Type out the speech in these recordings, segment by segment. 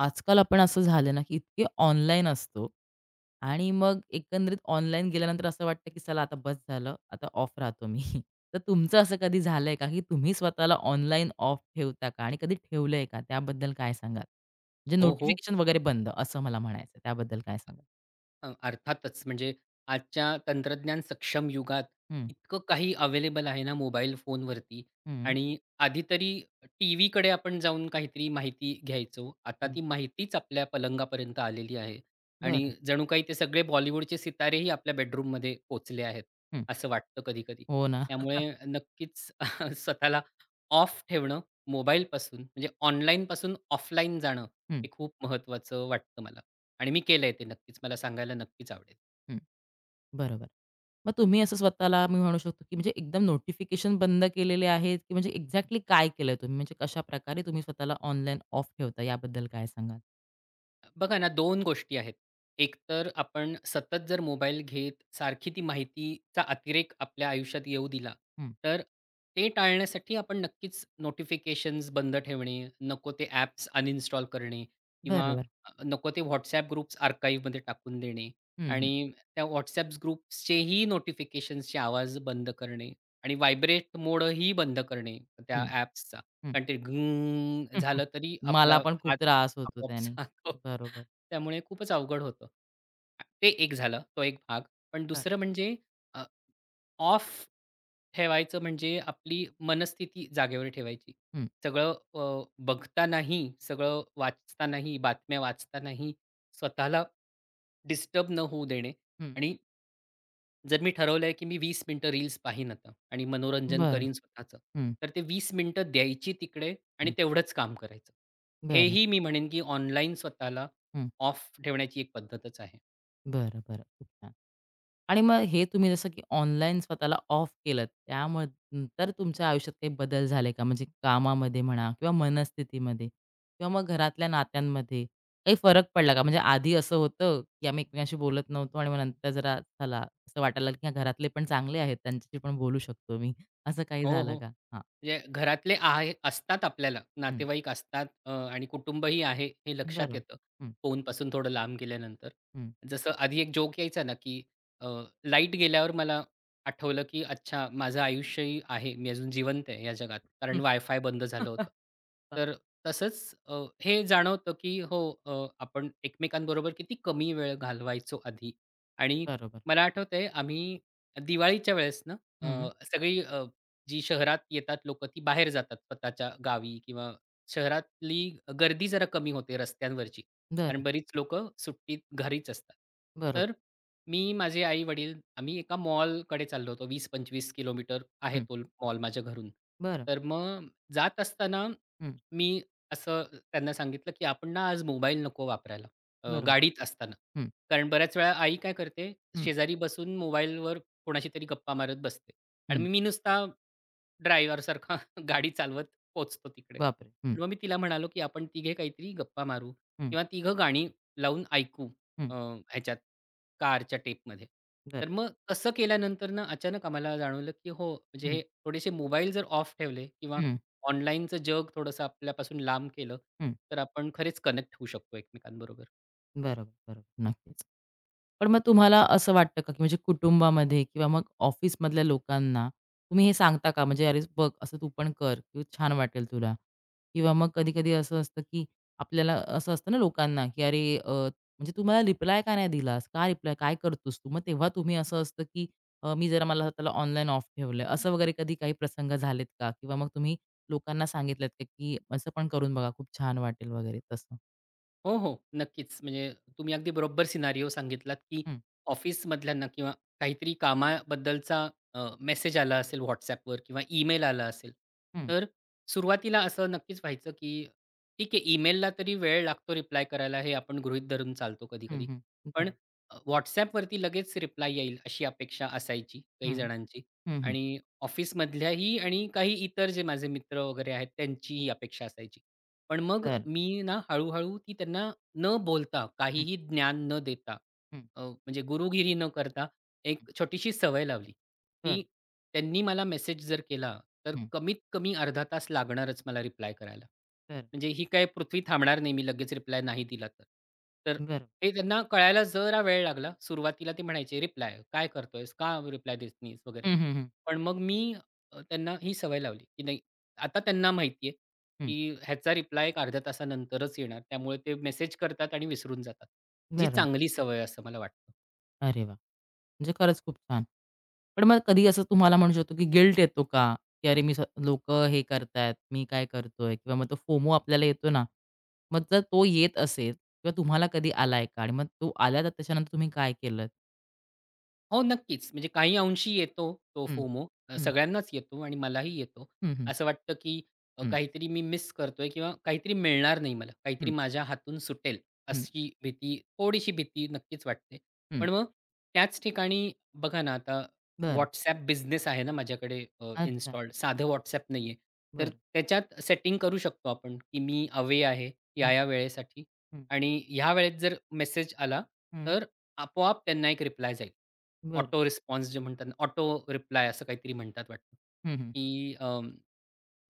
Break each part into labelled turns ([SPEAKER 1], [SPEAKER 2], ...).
[SPEAKER 1] आजकाल आपण असं झालं ना, की इतके ऑनलाईन असतो आणि मग एकंदरीत ऑनलाईन गेल्यानंतर असं वाटतं, की चला आता बस झालं, आता ऑफ राहतो मी. तर तुमचं असं कधी झालंय का, की तुम्ही स्वतःला ऑनलाईन ऑफ ठेवता का? आणि कधी ठेवलंय का? त्याबद्दल काय सांगाल? म्हणजे
[SPEAKER 2] हो, हो.
[SPEAKER 1] नोटिफिकेशन वगैरे बंद असं मला म्हणायचंय. त्याबद्दल काय सांगाल?
[SPEAKER 2] अर्थातच म्हणजे आजच्या तंत्रज्ञान सक्षम युगात
[SPEAKER 1] हं,
[SPEAKER 2] इतकं काही अवेलेबल आहे ना मोबाईल फोनवरती.
[SPEAKER 1] हं,
[SPEAKER 2] आणि आधी तरी टीव्हीकडे आपण जाऊन काहीतरी माहिती घ्यायचो. आता
[SPEAKER 1] हं.
[SPEAKER 2] ती माहितीच आपल्या पलंगापर्यंत आलेली आहे आणि
[SPEAKER 1] बरं.
[SPEAKER 2] जणू काही ते सगळे बॉलिवूडचे सितारेही आपल्या बेडरूममध्ये पोहोचले आहेत,
[SPEAKER 1] हं.
[SPEAKER 2] असं वाटतं कधी-कधी.
[SPEAKER 1] हो ना.
[SPEAKER 2] त्यामुळे नक्कीच स्वतःला ऑफ ठेवणं मोबाईलपासून म्हणजे ऑनलाईनपासून ऑफलाईन जाणं
[SPEAKER 1] हं,
[SPEAKER 2] हे खूप महत्त्वाचं वाटतं मला. आणि मी केलंय ते नक्कीच. मला सांगायला नक्कीच आवडेल.
[SPEAKER 1] हं. बरोबर. मग तुम्ही असं स्वतःला मी म्हणू शकतो, की म्हणजे एकदम नोटिफिकेशन बंद केलेले आहेत, की म्हणजे एक्झॅक्टली काय केलंय तुम्ही? म्हणजे कशाप्रकारे तुम्ही स्वतःला ऑनलाईन ऑफ ठेवता याबद्दल काय सांगाल?
[SPEAKER 2] बघा ना, 2 गोष्टी आहेत. एक तर आपण सतत जर मोबाईल घेत सारखी ती माहितीचा अतिरेक आपल्या आयुष्यात येऊ दिला,
[SPEAKER 1] हं.
[SPEAKER 2] तर ते टाळण्यासाठी आपण नक्कीच नोटिफिकेशन्स बंद ठेवणे, नको ते ॲप्स अनइन्स्टॉल करणे किंवा
[SPEAKER 1] बरोबर.
[SPEAKER 2] नको ते WhatsApp ग्रुप्स आर्काइव्हमध्ये टाकून देणे
[SPEAKER 1] हं, हं.
[SPEAKER 2] आणि त्या WhatsApp ग्रुप्सचेही नोटिफिकेशन्सचे आवाज बंद करणे आणि व्हायब्रेट मोडही बंद करणे त्या
[SPEAKER 1] हं,
[SPEAKER 2] ॲप्सचा.
[SPEAKER 1] हं.
[SPEAKER 2] कारण ते गुंग
[SPEAKER 1] हं, हं.
[SPEAKER 2] झालं तरी
[SPEAKER 1] मला
[SPEAKER 2] आपला
[SPEAKER 1] पण खूप त्रास होतो
[SPEAKER 2] आपोआप
[SPEAKER 1] त्याने.
[SPEAKER 2] सांगतो.
[SPEAKER 1] बरोबर.
[SPEAKER 2] त्यामुळे खूपच अवघड होतं. ते एक झालं, तो एक भाग. पण
[SPEAKER 1] हं,
[SPEAKER 2] दुसरं म्हणजे अ, ऑफ ठेवायचं म्हणजे आपली मनस्थिती जागेवर ठेवायची.
[SPEAKER 1] हं.
[SPEAKER 2] सगळं बघतानाही, सगळं वाचतानाही, बातम्या वाचतानाही स्वतःला डिस्टर्ब न होऊ देणे.
[SPEAKER 1] हं.
[SPEAKER 2] आणि जर मी ठरवलंय, की मी 20 मिनिटं रील्स पाहीन आता आणि मनोरंजन
[SPEAKER 1] बरं.
[SPEAKER 2] करीन स्वतःचं,
[SPEAKER 1] हं,
[SPEAKER 2] तर ते 20 मिनिटं द्यायची तिकडे आणि
[SPEAKER 1] हं.
[SPEAKER 2] तेवढंच काम करायचं.
[SPEAKER 1] बरं.
[SPEAKER 2] हेही मी म्हणेन, की ऑनलाईन स्वतःला
[SPEAKER 1] हं.
[SPEAKER 2] ऑफ ठेवण्याची एक पद्धतच आहे.
[SPEAKER 1] बरं, बरं. खूप छान. आणि मग हे तुम्ही जसं की ऑनलाईन स्वतःला ऑफ केलंत, त्यामुळे नंतर तुमच्या आयुष्यात काही बदल झाले का? म्हणजे कामामध्ये म्हणा किंवा मनस्थितीमध्ये किंवा मग घरातल्या नात्यांमध्ये काही फरक पडला का? म्हणजे आधी असं होतं, की आम्ही एकमेकांशी बोलत नव्हतो आणि मग नंतर जरा चला असं वाटायला लागलं, की हा, घरातले पण चांगले आहेत, त्यांच्याशी पण बोलू शकतो मी. असं काही
[SPEAKER 2] हो,
[SPEAKER 1] झालं
[SPEAKER 2] हो.
[SPEAKER 1] का? हां.
[SPEAKER 2] म्हणजे घरातले आहे असतात आपल्याला,
[SPEAKER 1] हं.
[SPEAKER 2] नातेवाईक असतात आणि कुटुंबही आहे हे लक्षात
[SPEAKER 1] बरोबर.
[SPEAKER 2] येतं
[SPEAKER 1] हं,
[SPEAKER 2] फोनपासून थोडं लांब गेल्यानंतर.
[SPEAKER 1] हं,
[SPEAKER 2] जसं आधी एक जोक यायचा ना, की अ, लाईट गेल्यावर मला आठवलं, की अच्छा माझं आयुष्यही आहे, मी अजून जिवंत आहे या जगात,
[SPEAKER 1] हं.
[SPEAKER 2] कारण वायफाय बंद झालं होतं. तर तसंच हे जाणवतं, की हो, आपण एकमेकांबरोबर किती कमी वेळ घालवायचो आधी. आणि
[SPEAKER 1] बरोबर.
[SPEAKER 2] मला आठवतंय आम्ही दिवाळीच्या वेळेस ना,
[SPEAKER 1] हं.
[SPEAKER 2] अ, सगळी जी शहरात येतात लोकं, ती बाहेर जातात स्वतःच्या गावी किंवा शहरातली गर्दी जरा कमी होते रस्त्यांवरची.
[SPEAKER 1] बरं.
[SPEAKER 2] कारण बरीच लोकं सुट्टीत घरीच असतात. तर
[SPEAKER 1] बरोबर.
[SPEAKER 2] मी, माझे आई-वडील आम्ही एका मॉलकडे चाललो होतो. 20-25 किलोमीटर आहे
[SPEAKER 1] हं.
[SPEAKER 2] तो मॉल माझ्या घरून.
[SPEAKER 1] बरं.
[SPEAKER 2] तर मग जात असताना
[SPEAKER 1] हं.
[SPEAKER 2] मी असं त्यांना सांगितलं, की "आपण ना आज मोबाईल नको वापरायला
[SPEAKER 1] बरोबर.
[SPEAKER 2] गाडीत असताना."
[SPEAKER 1] हं,
[SPEAKER 2] कारण बऱ्याच वेळा आई काय करते,
[SPEAKER 1] हं,
[SPEAKER 2] शेजारी बसून मोबाईलवर कोणाशी तरी गप्पा मारत बसते आणि
[SPEAKER 1] हं.
[SPEAKER 2] मी मी नुसता ड्रायव्हरसारखा गाडी चालवत पोहोचतो तिकडे.
[SPEAKER 1] बापरे! हं.
[SPEAKER 2] पण मग मी तिला म्हणालो, की "आपण तिघे काहीतरी गप्पा मारू
[SPEAKER 1] हं,
[SPEAKER 2] किंवा तिघं गाणी लावून ऐकू
[SPEAKER 1] हं.
[SPEAKER 2] ह्याच्यात कारच्या टेपमध्ये."
[SPEAKER 1] बरं.
[SPEAKER 2] तर मग तसं केल्यानंतर ना अचानक आम्हाला जाणवलं, की हो, म्हणजे
[SPEAKER 1] हं.
[SPEAKER 2] हे थोडेसे मोबाईल जर ऑफ ठेवले किंवा
[SPEAKER 1] हं,
[SPEAKER 2] ऑनलाईनचं जग थोडंसं आपल्यापासून लांब केलं,
[SPEAKER 1] हं.
[SPEAKER 2] तर आपण खरेच कनेक्ट होऊ शकतो एकमेकांबरोबर.
[SPEAKER 1] बरोबर, बरोबर. नक्कीच. पण मग तुम्हाला असं वाटतं का, की म्हणजे कुटुंबामध्ये किंवा मग ऑफिसमधल्या लोकांना तुम्ही हे सांगता का? म्हणजे "अरे बघ, असं तू पण कर, की छान वाटेल तुला." किंवा मग कधी-कधी असं असतं, की आपल्याला असं असतं ना लोकांना, की " म्हणजे तू मला रिप्लाय का नाही दिलास? का रिप्लाय काय करतोस तू?" मग तेव्हा तुम्ही असं असतं, की "मी जरा मला त्याला ऑनलाईन ऑफ ठेवलंय." असं वगैरे कधी काही प्रसंग झालेत का? किंवा मग तुम्ही लोकांना सांगितलत का, की "असं पण करून बघा, खूप छान वाटेल." वगैरे तसं?
[SPEAKER 2] हो, हो. नक्कीच. म्हणजे तुम्ही अगदी बरोबर सिनारिओ सांगितलात, की
[SPEAKER 1] हं,
[SPEAKER 2] ऑफिसमधल्यांना किंवा काहीतरी कामाबद्दलचा मेसेज आला असेल WhatsAppवर किंवा ईमेल आला असेल.
[SPEAKER 1] हं,
[SPEAKER 2] तर सुरुवातीला असं नक्कीच व्हायचं, की ठीक आहे, ईमेलला तरी वेळ लागतो रिप्लाय करायला हे आपण गृहीत धरून चालतो
[SPEAKER 1] हं,
[SPEAKER 2] कधी-कधी.
[SPEAKER 1] हं.
[SPEAKER 2] पण
[SPEAKER 1] बरं.
[SPEAKER 2] अ, लगेच रिप्लाय येईल अशी अपेक्षा असायची काही
[SPEAKER 1] हं,
[SPEAKER 2] जणांची
[SPEAKER 1] हं, हं.
[SPEAKER 2] आणि ऑफिसमधल्याही आणि काही इतर जे माझे मित्र वगैरे आहेत त्यांचीही अपेक्षा असायची. पण मग
[SPEAKER 1] बरं.
[SPEAKER 2] मी ना हळू-हळू ती त्यांना न बोलता, काहीही ज्ञान न देता,
[SPEAKER 1] हं,
[SPEAKER 2] म्हणजे गुरुगिरी न करता
[SPEAKER 1] हं.
[SPEAKER 2] एक छोटीशी सवय लावली, की
[SPEAKER 1] बरं.
[SPEAKER 2] त्यांनी मला मेसेज जर केला, तर
[SPEAKER 1] हं.
[SPEAKER 2] कमीत कमी अर्धा तास लागणारच मला रिप्लाय करायला.
[SPEAKER 1] बरं.
[SPEAKER 2] म्हणजे ही काय पृथ्वी थांबणार नाही मी लगेच रिप्लाय नाही दिला तर. तर
[SPEAKER 1] बरं.
[SPEAKER 2] हे त्यांना कळायला जरा वेळ लागला. सुरुवातीला ते म्हणायचे, "रिप्लाय काय करतोयस? का रिप्लाय देत नाहीस?" वगैरे.
[SPEAKER 1] हं, हं, हं.
[SPEAKER 2] पण मग मी त्यांना ही सवय लावली, की नाही आता त्यांना माहिती
[SPEAKER 1] हं.
[SPEAKER 2] की ह्याचा रिप्लाय एक अर्ध्या तासानंतरच येणार. त्यामुळे ते मेसेज करतात आणि विसरून जातात. जी
[SPEAKER 1] बरं.
[SPEAKER 2] चांगली सवय आहे असं मला वाटतं.
[SPEAKER 1] अरे वाह! म्हणजे खरंच खूप छान. पण मग कधी असं तुम्हाला म्हणू शकतो, की गिल्ट येतो का? की अरे मी स हे करतायत, मी काय करतोय? किंवा मग तो फोमो आपल्याला येतो ना, मग जर तो येत असेल किंवा तुम्हाला कधी आलाय का? आणि मग तो आला तर त्याच्यानंतर तुम्ही काय केलंत?
[SPEAKER 2] हो, नक्कीच. म्हणजे काही अंशी येतो तो
[SPEAKER 1] हं,
[SPEAKER 2] फोमो.
[SPEAKER 1] हं.
[SPEAKER 2] सगळ्यांनाच येतो आणि मलाही येतो.
[SPEAKER 1] हं, हं.
[SPEAKER 2] असं वाटतं, की
[SPEAKER 1] हं,
[SPEAKER 2] काहीतरी मी मिस करतोय किंवा काहीतरी मिळणार नाही मला.
[SPEAKER 1] हं.
[SPEAKER 2] काहीतरी माझ्या हातून सुटेल
[SPEAKER 1] हं,
[SPEAKER 2] अशी भीती, थोडीशी भीती नक्कीच वाटते.
[SPEAKER 1] हं.
[SPEAKER 2] पण मग त्याच ठिकाणी बघा ना, आता
[SPEAKER 1] बरं.
[SPEAKER 2] WhatsApp बिझनेस आहे ना माझ्याकडे
[SPEAKER 1] अच्छा.
[SPEAKER 2] इन्स्टॉल्ड. साधं WhatsApp नाहीये. तर
[SPEAKER 1] बरं.
[SPEAKER 2] त्याच्यात सेटिंग करू शकतो आपण, की मी अवे आहे
[SPEAKER 1] हं,
[SPEAKER 2] या-या वेळेसाठी
[SPEAKER 1] हं.
[SPEAKER 2] आणि ह्या वेळेत जर मेसेज आला,
[SPEAKER 1] हं.
[SPEAKER 2] तर आपोआप त्यांना एक रिप्लाय जाईल.
[SPEAKER 1] बरं.
[SPEAKER 2] ऑटो रिस्पॉन्स जे म्हणतात, ऑटो रिप्लाय असं काहीतरी म्हणतात वाटतं,
[SPEAKER 1] हं, हं.
[SPEAKER 2] की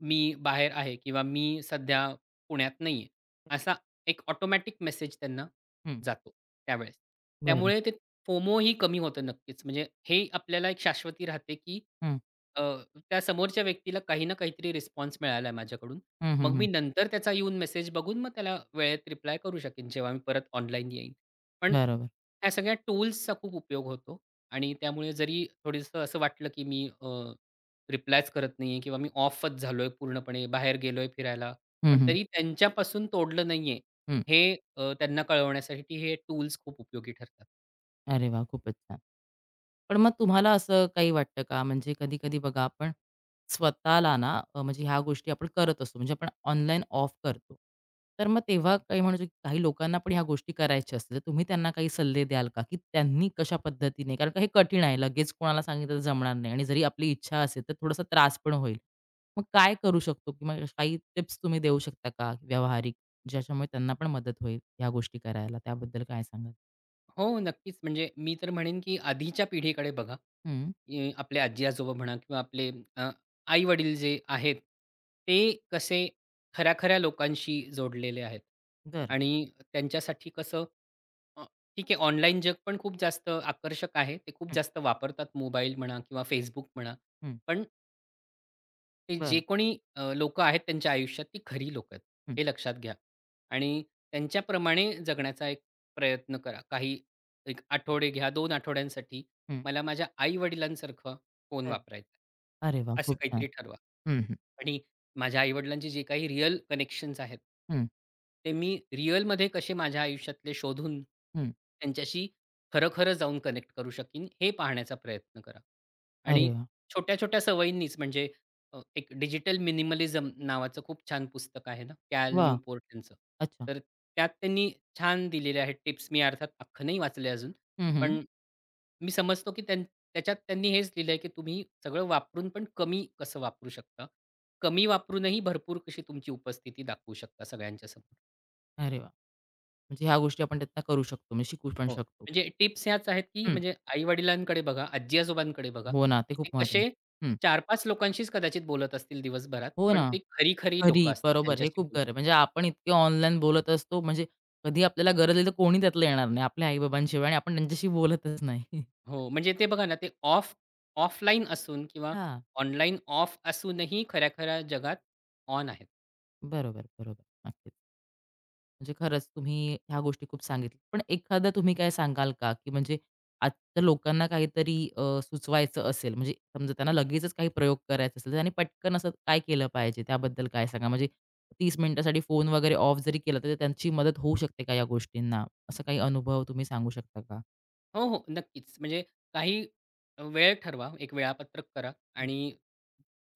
[SPEAKER 2] मी बाहेर आहे किंवा मी सध्या पुण्यात नाहीये. असा एक ऑटोमॅटिक मेसेज त्यांना
[SPEAKER 1] हं.
[SPEAKER 2] जातो त्यावेळेस.
[SPEAKER 1] बरं.
[SPEAKER 2] त्यामुळे ते फोमोही कमी होतं नक्कीच. म्हणजे हे आपल्याला एक शाश्वती राहते, की
[SPEAKER 1] हं.
[SPEAKER 2] अ, त्या समोरच्या व्यक्तीला काही ना काहीतरी रिस्पॉन्स मिळालाय माझ्याकडून.
[SPEAKER 1] हं, हं,
[SPEAKER 2] मग
[SPEAKER 1] हं.
[SPEAKER 2] मी नंतर त्याचा येऊन मेसेज बघून मग त्याला वेळेत रिप्लाय करू शकेन जेव्हा मी परत ऑनलाईन येईन. पण
[SPEAKER 1] बरोबर.
[SPEAKER 2] ह्या सगळ्या टूल्सचा खूप उपयोग होतो आणि त्यामुळे जरी थोडंसं असं वाटलं, की मी रिप्लायच करत नाहीये किंवा मी ऑफच झालोय पूर्णपणे, बाहेर गेलोय फिरायला.
[SPEAKER 1] हं,
[SPEAKER 2] पण
[SPEAKER 1] हं.
[SPEAKER 2] तरी त्यांच्यापासून तोडलं नाहीये,
[SPEAKER 1] हं.
[SPEAKER 2] हे त्यांना कळवण्यासाठी हे टूल्स खूप उपयोगी ठरतात.
[SPEAKER 1] अरे वाह! खूपच छान. पण मग तुम्हाला असं काही वाटतं का? म्हणजे कधी-कधी बघा आपण स्वतःला म्हणजे ह्या गोष्टी आपण करत असतो. म्हणजे आपण ऑनलाईन ऑफ करतो. तर मग तेव्हा काही म्हणू शकतो काही लोकांना पण ह्या गोष्टी करायच्या असतील. तर तुम्ही त्यांना काही सल्ले द्याल का? की त्यांनी कशा पद्धतीने कारण का हे कठीण आहे. लगेच कोणाला सांगितलं तर जमणार नाही आणि जरी आपली इच्छा असेल तर थोडासा त्रास पण होईल. मग काय करू शकतो? किंवा काही टिप्स तुम्ही देऊ शकता का व्यावहारिक? ज्याच्यामुळे त्यांना पण मदत होईल ह्या गोष्टी करायला. त्याबद्दल काय सांगाल?
[SPEAKER 2] हो, नक्कीच. म्हणजे मी तर म्हणेन, की आधीच्या पिढीकडे बघा.
[SPEAKER 1] हं.
[SPEAKER 2] आपले आजी-आजोबा म्हणा किंवा आपले आई-वडील जे आहेत, ते कसे खऱ्या-खऱ्या लोकांशी जोडलेले आहेत
[SPEAKER 1] बरं.
[SPEAKER 2] आणि त्यांच्यासाठी कसं अ, ठीक आहे. ऑनलाईन जग पण खूप जास्त आकर्षक आहे. ते खूप
[SPEAKER 1] हं,
[SPEAKER 2] जास्त वापरतात मोबाईल म्हणा किंवा Facebook म्हणा.
[SPEAKER 1] हं.
[SPEAKER 2] पण ते जे
[SPEAKER 1] बरं.
[SPEAKER 2] कोणी लोकं आहेत त्यांच्या आयुष्यात ती खरी लोकं आहेत,
[SPEAKER 1] हं,
[SPEAKER 2] हे लक्षात घ्या. आणि त्यांच्याप्रमाणे जगण्याचा एक प्रयत्न करा. काही एक आठवडे घ्या, दोन आठवड्यांसाठी
[SPEAKER 1] हं.
[SPEAKER 2] मला माझ्या आई-वडिलांसारखा फोन
[SPEAKER 1] बरं.
[SPEAKER 2] वापरायचा
[SPEAKER 1] अरे वाह!
[SPEAKER 2] आहे. असं
[SPEAKER 1] खूप छान.
[SPEAKER 2] काहीतरी ठरवा.
[SPEAKER 1] हं, हं,
[SPEAKER 2] आणि माझ्या आई जे काही रिअल कनेक्शन्स आहेत,
[SPEAKER 1] हं,
[SPEAKER 2] ते मी रिअलमध्ये कसे माझ्या आयुष्यातले शोधून
[SPEAKER 1] हं.
[SPEAKER 2] त्यांच्याशी खरं-खरं जाऊन कनेक्ट करू शकीन, हे पाहण्याचा प्रयत्न करा. आणि
[SPEAKER 1] अरे वाह!
[SPEAKER 2] छोट्या-छोट्या सवयींनीच म्हणजे एक डिजिटल मिनिमलिझम नावाचं खूप छान पुस्तक आहे ना, कॅल
[SPEAKER 1] वाह!
[SPEAKER 2] न्यूपोर्ट यांचं.
[SPEAKER 1] अच्छा.
[SPEAKER 2] तर त्यात त्यांनी छान दिलेल्या आहेत टिप्स. मी अर्थात अख्खं नाही वाचलंय अजून.
[SPEAKER 1] हं, हं.
[SPEAKER 2] पण मी समजतो की त्याच्यात त्यांनी हेच लिहिलंय की तुम्ही सगळं वापरून पण कमी कसं वापरू शकता. कमी वापरूनही भरपूर कशी तुमची उपस्थिती दाखवू शकता सगळ्यांच्या समोर.
[SPEAKER 1] अरे वाह! म्हणजे ह्या गोष्टी आपण त्यातनं करू शकतो, म्हणजे शिकू पण
[SPEAKER 2] हो.
[SPEAKER 1] शकतो.
[SPEAKER 2] म्हणजे टिप्स ह्याच आहेत, की
[SPEAKER 1] हं.
[SPEAKER 2] म्हणजे आई-वडिलांकडे बघा, आजी-आजोबांकडे बघा,
[SPEAKER 1] हो ना, ते
[SPEAKER 2] की ते
[SPEAKER 1] खूप महत्वाचं
[SPEAKER 2] कसे
[SPEAKER 1] हं.
[SPEAKER 2] 4-5 लोकांशीच कदाचित बोलत असतील दिवसभरात,
[SPEAKER 1] हो ना.
[SPEAKER 2] पण ते खरी-खरी
[SPEAKER 1] खरी,
[SPEAKER 2] लोकं असतात
[SPEAKER 1] बरोबर. हे
[SPEAKER 2] ज्यांच्याशी
[SPEAKER 1] खूप
[SPEAKER 2] बोलतात.
[SPEAKER 1] खरं. म्हणजे आपण इतके ऑनलाईन बोलत असतो, म्हणजे कधी आपल्याला गरज आली तर कोणी त्यातलं येणार नाही. आपल्या आई-बाबांशिवाय आणि आपण त्यांच्याशी बोलतच नाही.
[SPEAKER 2] हो, म्हणजे ते बघा ना, ते ऑफलाईन असून किंवा
[SPEAKER 1] हां.
[SPEAKER 2] ऑनलाईन ऑफ असूनही खऱ्या-खऱ्या जगात ऑन आहेत.
[SPEAKER 1] बरोबर, बरोबर. नक्कीच. म्हणजे खरंच तुम्ही ह्या गोष्टी खूप सांगितल्या. पण एखादं तुम्ही काय सांगाल का, की म्हणजे आजच्या लोकांना काहीतरी सुचवायचं असेल, म्हणजे समजा त्यांना लगेचच काही प्रयोग करायचा असेल, तर त्यांनी पटकन असं काय केलं पाहिजे? त्याबद्दल काय सांगा? म्हणजे 30 मिनिटासाठी फोन वगैरे ऑफ जरी केला, तर त्यांची मदत होऊ शकते का या गोष्टींना? असा काही अनुभव तुम्ही सांगू शकता का?
[SPEAKER 2] हो, हो, नक्कीच. म्हणजे काही वेळ ठरवा, एक वेळापत्रक करा
[SPEAKER 1] हं,
[SPEAKER 2] आणि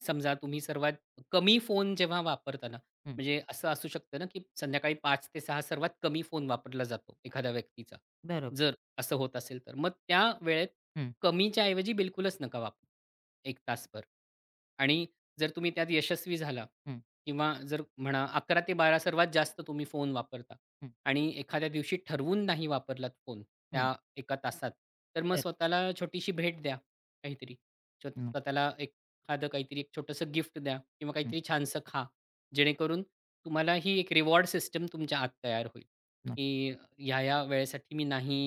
[SPEAKER 2] समजा तुम्ही सर्वात कमी फोन जेव्हा वापरता ना,
[SPEAKER 1] हं.
[SPEAKER 2] म्हणजे असं असू शकतं ना, की संध्याकाळी 5 ते 6 सर्वात कमी फोन वापरला जातो एखाद्या व्यक्तीचा.
[SPEAKER 1] बरोबर.
[SPEAKER 2] जर असं होत असेल तर. मग त्या वेळेत
[SPEAKER 1] हं,
[SPEAKER 2] कमीच्या ऐवजी बिलकुलच नका वापरू एक तासभर. आणि जर तुम्ही त्यात यशस्वी झाला
[SPEAKER 1] हं,
[SPEAKER 2] किंवा जर म्हणा 11 ते 12 सर्वात जास्त तुम्ही फोन वापरता
[SPEAKER 1] हं,
[SPEAKER 2] आणि एखाद्या दिवशी ठरवून नाही वापरलात फोन
[SPEAKER 1] हं.
[SPEAKER 2] त्या एका तासात, तर मग
[SPEAKER 1] बरं.
[SPEAKER 2] स्वतःला छोटीशी भेट द्या काहीतरी.
[SPEAKER 1] हं,
[SPEAKER 2] स्वतःला एक एखादं काहीतरी एक छोटंसं गिफ्ट द्या किंवा
[SPEAKER 1] हं,
[SPEAKER 2] काहीतरी छानसं खा. जेणेकरून तुम्हाला ही एक रिवॉर्ड सिस्टम तुमच्या आत तयार होईल,
[SPEAKER 1] हं.
[SPEAKER 2] की ह्या-ह्या वेळेसाठी मी नाही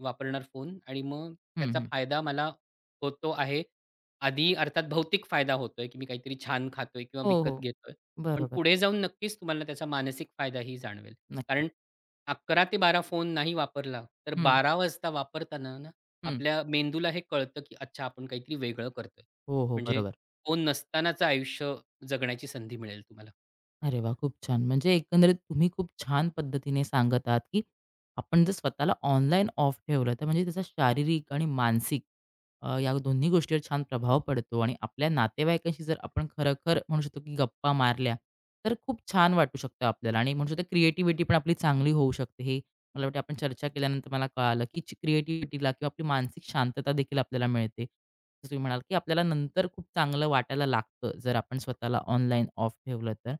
[SPEAKER 2] वापरणार फोन आणि मग
[SPEAKER 1] हं,
[SPEAKER 2] त्याचा
[SPEAKER 1] हं.
[SPEAKER 2] फायदा मला होतो आहे. आधी अर्थात भौतिक फायदा होतोय, की मी काहीतरी छान खातोय किंवा
[SPEAKER 1] हो, हो.
[SPEAKER 2] विकत घेतोय. पण
[SPEAKER 1] बरोबर.
[SPEAKER 2] पुढे जाऊन नक्कीच तुम्हाला त्याचा मानसिक फायदाही जाणवेल.
[SPEAKER 1] नक्कीच.
[SPEAKER 2] कारण 11 ते 12 फोन नाही वापरला, तर
[SPEAKER 1] हं,
[SPEAKER 2] 12 वाजता वापरताना ना,
[SPEAKER 1] हं.
[SPEAKER 2] आपल्या मेंदूला हे कळतं, की अच्छा आपण काहीतरी वेगळं करतोय.
[SPEAKER 1] हो, हो.
[SPEAKER 2] म्हणजे
[SPEAKER 1] बरोबर.
[SPEAKER 2] फोन नसतानाचं आयुष्य जगण्याची संधी मिळेल तुम्हाला.
[SPEAKER 1] अरे वा, खूप छान. म्हणजे एकंदरीत तुम्ही खूप छान पद्धतीने सांगत आहात, की आपण जर स्वतःला ऑनलाईन ऑफ ठेवलं, तर म्हणजे त्याचा शारीरिक आणि मानसिक या दोन्ही गोष्टीवर छान प्रभाव पडतो आणि आपल्या नातेवाईकांशी जर आपण खरखर म्हणू शकतो, की गप्पा मारल्या, तर खूप छान वाटू शकतं आपल्याला आणि म्हणू शकतो क्रिएटिव्हिटी पण आपली चांगली होऊ शकते. हे मला वाटतं आपण चर्चा केल्यानंतर मला कळालं, की क्रिएटिव्हिटीला किंवा आपली मानसिक शांतता देखील आपल्याला मिळते. जसं तुम्ही म्हणाल, की आपल्याला नंतर खूप चांगलं वाटायला लागतं, जर आपण स्वतःला ऑनलाईन ऑफ ठेवलं तर.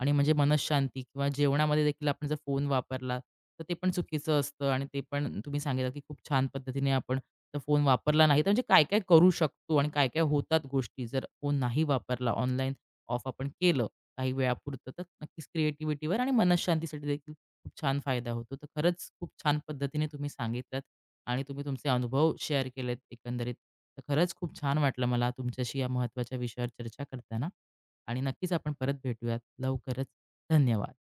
[SPEAKER 1] आणि म्हणजे मनःशांती किंवा जेवणामध्ये देखील आपण जर फोन वापरला, तर ते पण चुकीचं असतं आणि ते पण तुम्ही सांगितलं, की खूप छान पद्धतीने आपण तर फोन वापरला नाही, तर म्हणजे काय-काय करू शकतो आणि काय-काय होतात गोष्टी जर फोन नाही वापरला, ऑनलाईन ऑफ आपण केलं काही वेळापुरतं, तर नक्कीच क्रिएटिव्हिटीवर आणि मनःशांतीसाठी देखील खूप छान फायदा होतो. तर खरंच खूप छान पद्धतीने तुम्ही सांगितलात आणि तुम्ही तुमचे अनुभव शेअर केलेत एकंदरीत. तर खरंच खूप छान वाटलं मला तुमच्याशी या महत्त्वाच्या विषयावर चर्चा करताना. आणि नक्कीच आपण परत भेटूयात लवकरच. धन्यवाद.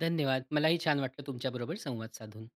[SPEAKER 2] धन्यवाद. मलाही छान वाटलं तुमच्याबरोबर संवाद साधून.